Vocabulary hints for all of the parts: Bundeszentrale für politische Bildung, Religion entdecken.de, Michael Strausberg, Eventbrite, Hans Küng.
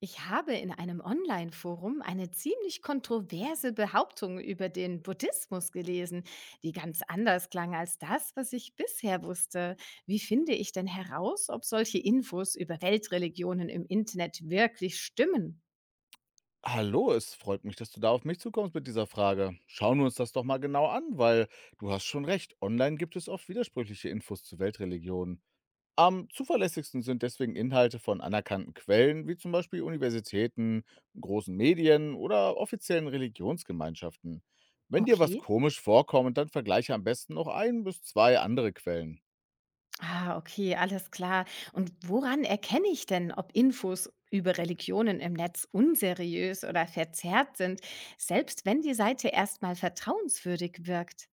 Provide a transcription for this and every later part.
Ich habe in einem Online-Forum eine ziemlich kontroverse Behauptung über den Buddhismus gelesen, die ganz anders klang als das, was ich bisher wusste. Wie finde ich denn heraus, ob solche Infos über Weltreligionen im Internet wirklich stimmen? Hallo, es freut mich, dass du da auf mich zukommst mit dieser Frage. Schauen wir uns das doch mal genau an, weil du hast schon recht, online gibt es oft widersprüchliche Infos zu Weltreligionen. Am zuverlässigsten sind deswegen Inhalte von anerkannten Quellen, wie zum Beispiel Universitäten, großen Medien oder offiziellen Religionsgemeinschaften. Wenn dir was Okay. komisch vorkommt, dann vergleiche am besten noch ein bis zwei andere Quellen. Ah, okay, alles klar. Und woran erkenne ich denn, ob Infos über Religionen im Netz unseriös oder verzerrt sind, selbst wenn die Seite erstmal vertrauenswürdig wirkt?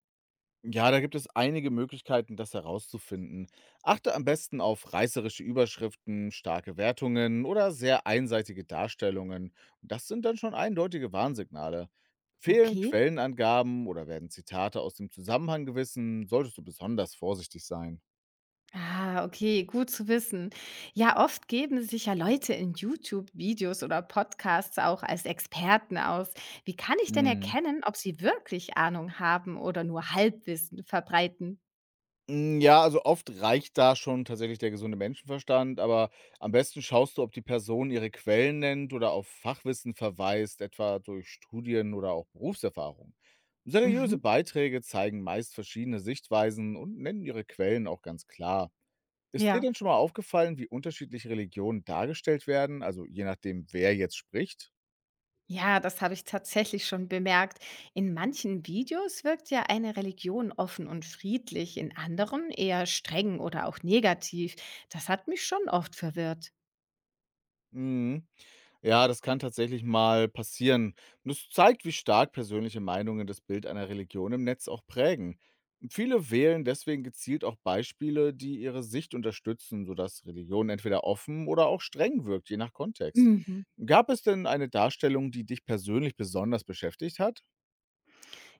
Ja, da gibt es einige Möglichkeiten, das herauszufinden. Achte am besten auf reißerische Überschriften, starke Wertungen oder sehr einseitige Darstellungen. Das sind dann schon eindeutige Warnsignale. Fehlen Okay. Quellenangaben oder werden Zitate aus dem Zusammenhang gewissen, solltest du besonders vorsichtig sein. Ah, okay, gut zu wissen. Ja, oft geben sich ja Leute in YouTube-Videos oder Podcasts auch als Experten aus. Wie kann ich denn erkennen, ob sie wirklich Ahnung haben oder nur Halbwissen verbreiten? Oft reicht da schon tatsächlich der gesunde Menschenverstand, aber am besten schaust du, ob die Person ihre Quellen nennt oder auf Fachwissen verweist, etwa durch Studien oder auch Berufserfahrung. Seriöse Mhm. Beiträge zeigen meist verschiedene Sichtweisen und nennen ihre Quellen auch ganz klar. Ist dir Ja. denn schon mal aufgefallen, wie unterschiedliche Religionen dargestellt werden, also je nachdem, wer jetzt spricht? Ja, das habe ich tatsächlich schon bemerkt. In manchen Videos wirkt ja eine Religion offen und friedlich, in anderen eher streng oder auch negativ. Das hat mich schon oft verwirrt. Mhm. Ja, das kann tatsächlich mal passieren. Und es zeigt, wie stark persönliche Meinungen das Bild einer Religion im Netz auch prägen. Viele wählen deswegen gezielt auch Beispiele, die ihre Sicht unterstützen, sodass Religion entweder offen oder auch streng wirkt, je nach Kontext. Mhm. Gab es denn eine Darstellung, die dich persönlich besonders beschäftigt hat?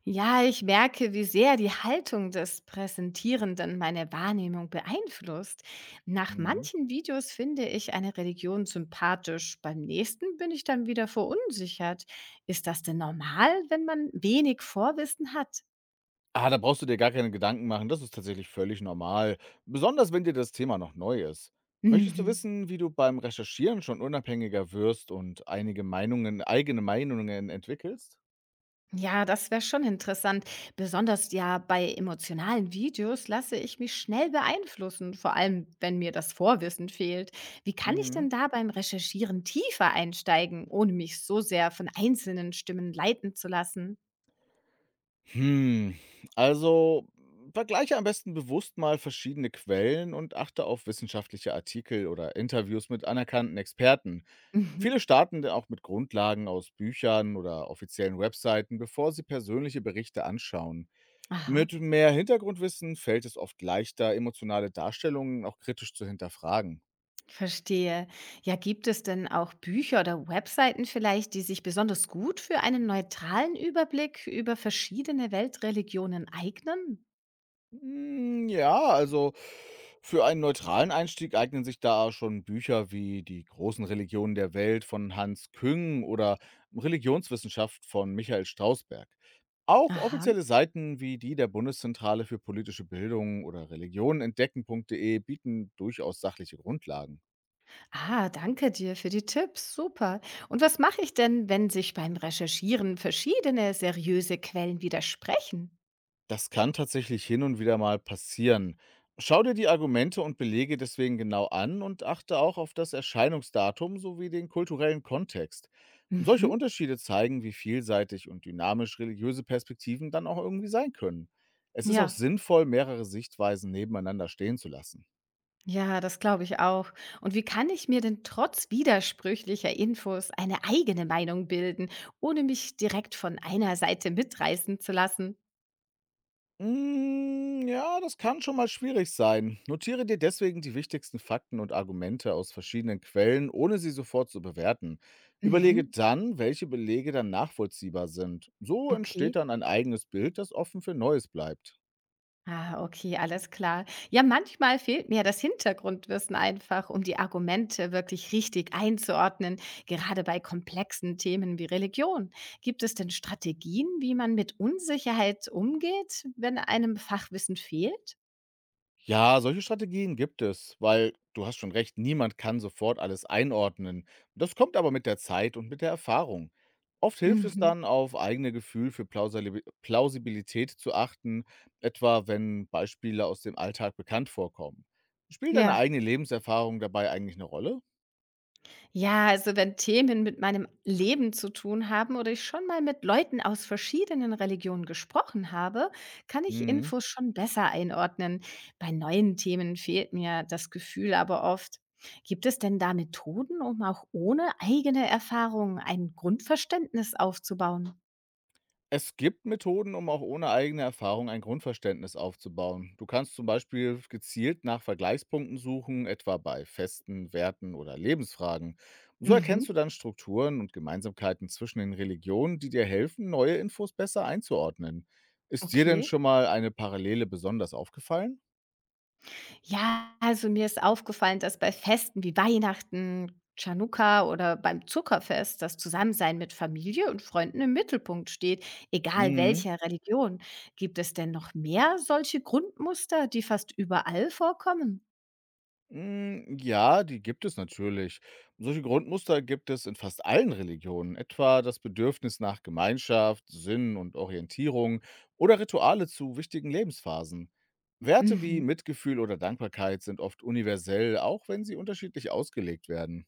Ja, ich merke, wie sehr die Haltung des Präsentierenden meine Wahrnehmung beeinflusst. Nach Mhm. manchen Videos finde ich eine Religion sympathisch, beim nächsten bin ich dann wieder verunsichert. Ist das denn normal, wenn man wenig Vorwissen hat? Ah, da brauchst du dir gar keine Gedanken machen. Das ist tatsächlich völlig normal, besonders wenn dir das Thema noch neu ist. Möchtest du Mhm. wissen, wie du beim Recherchieren schon unabhängiger wirst und einige Meinungen eigene Meinungen entwickelst? Ja, das wäre schon interessant. Besonders ja bei emotionalen Videos lasse ich mich schnell beeinflussen, vor allem wenn mir das Vorwissen fehlt. Wie kann ich Mhm. denn da beim Recherchieren tiefer einsteigen, ohne mich so sehr von einzelnen Stimmen leiten zu lassen? Hm, Vergleiche am besten bewusst mal verschiedene Quellen und achte auf wissenschaftliche Artikel oder Interviews mit anerkannten Experten. Mhm. Viele starten dann auch mit Grundlagen aus Büchern oder offiziellen Webseiten, bevor sie persönliche Berichte anschauen. Aha. Mit mehr Hintergrundwissen fällt es oft leichter, emotionale Darstellungen auch kritisch zu hinterfragen. Verstehe. Ja, gibt es denn auch Bücher oder Webseiten vielleicht, die sich besonders gut für einen neutralen Überblick über verschiedene Weltreligionen eignen? Hm, ja, also für einen neutralen Einstieg eignen sich da schon Bücher wie Die großen Religionen der Welt von Hans Küng oder Religionswissenschaft von Michael Strausberg. Auch Aha. offizielle Seiten wie die der Bundeszentrale für politische Bildung oder Religion entdecken.de bieten durchaus sachliche Grundlagen. Ah, danke dir für die Tipps. Super. Und was mache ich denn, wenn sich beim Recherchieren verschiedene seriöse Quellen widersprechen? Das kann tatsächlich hin und wieder mal passieren. Schau dir die Argumente und Belege deswegen genau an und achte auch auf das Erscheinungsdatum sowie den kulturellen Kontext. Solche Mhm. Unterschiede zeigen, wie vielseitig und dynamisch religiöse Perspektiven dann auch irgendwie sein können. Es ist auch Ja, sinnvoll, mehrere Sichtweisen nebeneinander stehen zu lassen. ja, das glaube ich auch. Und wie kann ich mir denn trotz widersprüchlicher Infos eine eigene Meinung bilden, ohne mich direkt von einer Seite mitreißen zu lassen? Ja, das kann schon mal schwierig sein. Notiere dir deswegen die wichtigsten Fakten und Argumente aus verschiedenen Quellen, ohne sie sofort zu bewerten. Überlege Mhm. dann, welche Belege dann nachvollziehbar sind. So Okay. entsteht dann ein eigenes Bild, das offen für Neues bleibt. Ah, okay, alles klar. Ja, manchmal fehlt mir das Hintergrundwissen einfach, um die Argumente wirklich richtig einzuordnen, gerade bei komplexen Themen wie Religion. Gibt es denn Strategien, wie man mit Unsicherheit umgeht, wenn einem Fachwissen fehlt? Ja, solche Strategien gibt es, weil du hast schon recht, niemand kann sofort alles einordnen. Das kommt aber mit der Zeit und mit der Erfahrung. Oft hilft es Mhm. dann, auf eigene Gefühl für Plausibilität zu achten, etwa wenn Beispiele aus dem Alltag bekannt vorkommen. Spielt deine Ja. eigene Lebenserfahrung dabei eigentlich eine Rolle? Ja, also wenn Themen mit meinem Leben zu tun haben oder ich schon mal mit Leuten aus verschiedenen Religionen gesprochen habe, kann ich Mhm. Infos schon besser einordnen. Bei neuen Themen fehlt mir das Gefühl aber oft. Gibt es denn da Methoden, um auch ohne eigene Erfahrung ein Grundverständnis aufzubauen? Es gibt Methoden, um auch ohne eigene Erfahrung ein Grundverständnis aufzubauen. Du kannst zum Beispiel gezielt nach Vergleichspunkten suchen, etwa bei festen Werten oder Lebensfragen. So erkennst du Mhm, dann Strukturen und Gemeinsamkeiten zwischen den Religionen, die dir helfen, neue Infos besser einzuordnen. Ist dir denn okay. schon mal eine Parallele besonders aufgefallen? Ja, also mir ist aufgefallen, dass bei Festen wie Weihnachten, Chanukka oder beim Zuckerfest das Zusammensein mit Familie und Freunden im Mittelpunkt steht, egal Mhm. welcher Religion. Gibt es denn noch mehr solche Grundmuster, die fast überall vorkommen? Ja, die gibt es natürlich. Solche Grundmuster gibt es in fast allen Religionen, etwa das Bedürfnis nach Gemeinschaft, Sinn und Orientierung oder Rituale zu wichtigen Lebensphasen. Werte wie Mhm. Mitgefühl oder Dankbarkeit sind oft universell, auch wenn sie unterschiedlich ausgelegt werden.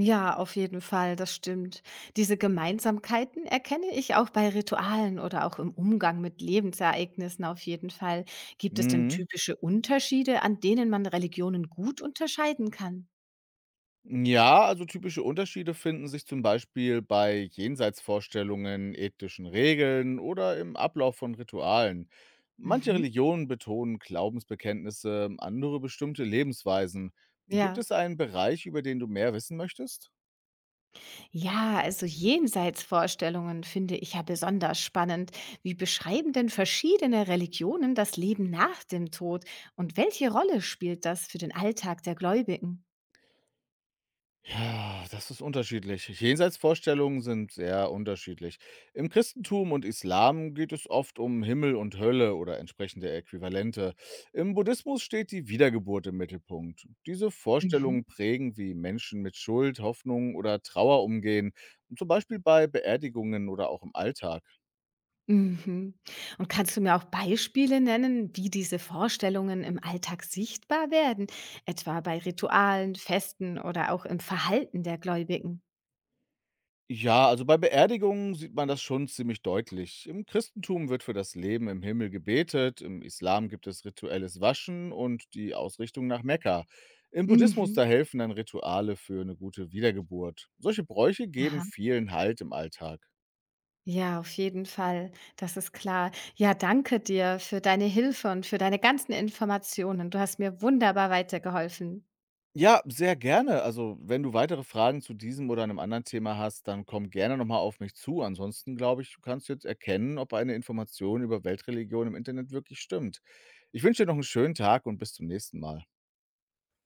Ja, auf jeden Fall, das stimmt. Diese Gemeinsamkeiten erkenne ich auch bei Ritualen oder auch im Umgang mit Lebensereignissen auf jeden Fall. Gibt es denn Hm. typische Unterschiede, an denen man Religionen gut unterscheiden kann? Ja, typische Unterschiede finden sich zum Beispiel bei Jenseitsvorstellungen, ethischen Regeln oder im Ablauf von Ritualen. Manche Mhm. Religionen betonen Glaubensbekenntnisse, andere bestimmte Lebensweisen. Gibt Ja. es einen Bereich, über den du mehr wissen möchtest? Ja, also Jenseitsvorstellungen finde ich ja besonders spannend. Wie beschreiben denn verschiedene Religionen das Leben nach dem Tod und welche Rolle spielt das für den Alltag der Gläubigen? Ja, das ist unterschiedlich. Jenseitsvorstellungen sind sehr unterschiedlich. Im Christentum und Islam geht es oft um Himmel und Hölle oder entsprechende Äquivalente. Im Buddhismus steht die Wiedergeburt im Mittelpunkt. Diese Mhm. Vorstellungen prägen, wie Menschen mit Schuld, Hoffnung oder Trauer umgehen, zum Beispiel bei Beerdigungen oder auch im Alltag. Mhm. Und kannst du mir auch Beispiele nennen, wie diese Vorstellungen im Alltag sichtbar werden, etwa bei Ritualen, Festen oder auch im Verhalten der Gläubigen? Ja, also bei Beerdigungen sieht man das schon ziemlich deutlich. Im Christentum wird für das Leben im Himmel gebetet, im Islam gibt es rituelles Waschen und die Ausrichtung nach Mekka. Im Buddhismus Mhm. da helfen dann Rituale für eine gute Wiedergeburt. Solche Bräuche geben Aha. vielen Halt im Alltag. Ja, auf jeden Fall. Das ist klar. Ja, danke dir für deine Hilfe und für deine ganzen Informationen. Du hast mir wunderbar weitergeholfen. Ja, sehr gerne. Also, wenn du weitere Fragen zu diesem oder einem anderen Thema hast, dann komm gerne nochmal auf mich zu. Ansonsten glaube ich, du kannst jetzt erkennen, ob eine Information über Weltreligion im Internet wirklich stimmt. Ich wünsche dir noch einen schönen Tag und bis zum nächsten Mal.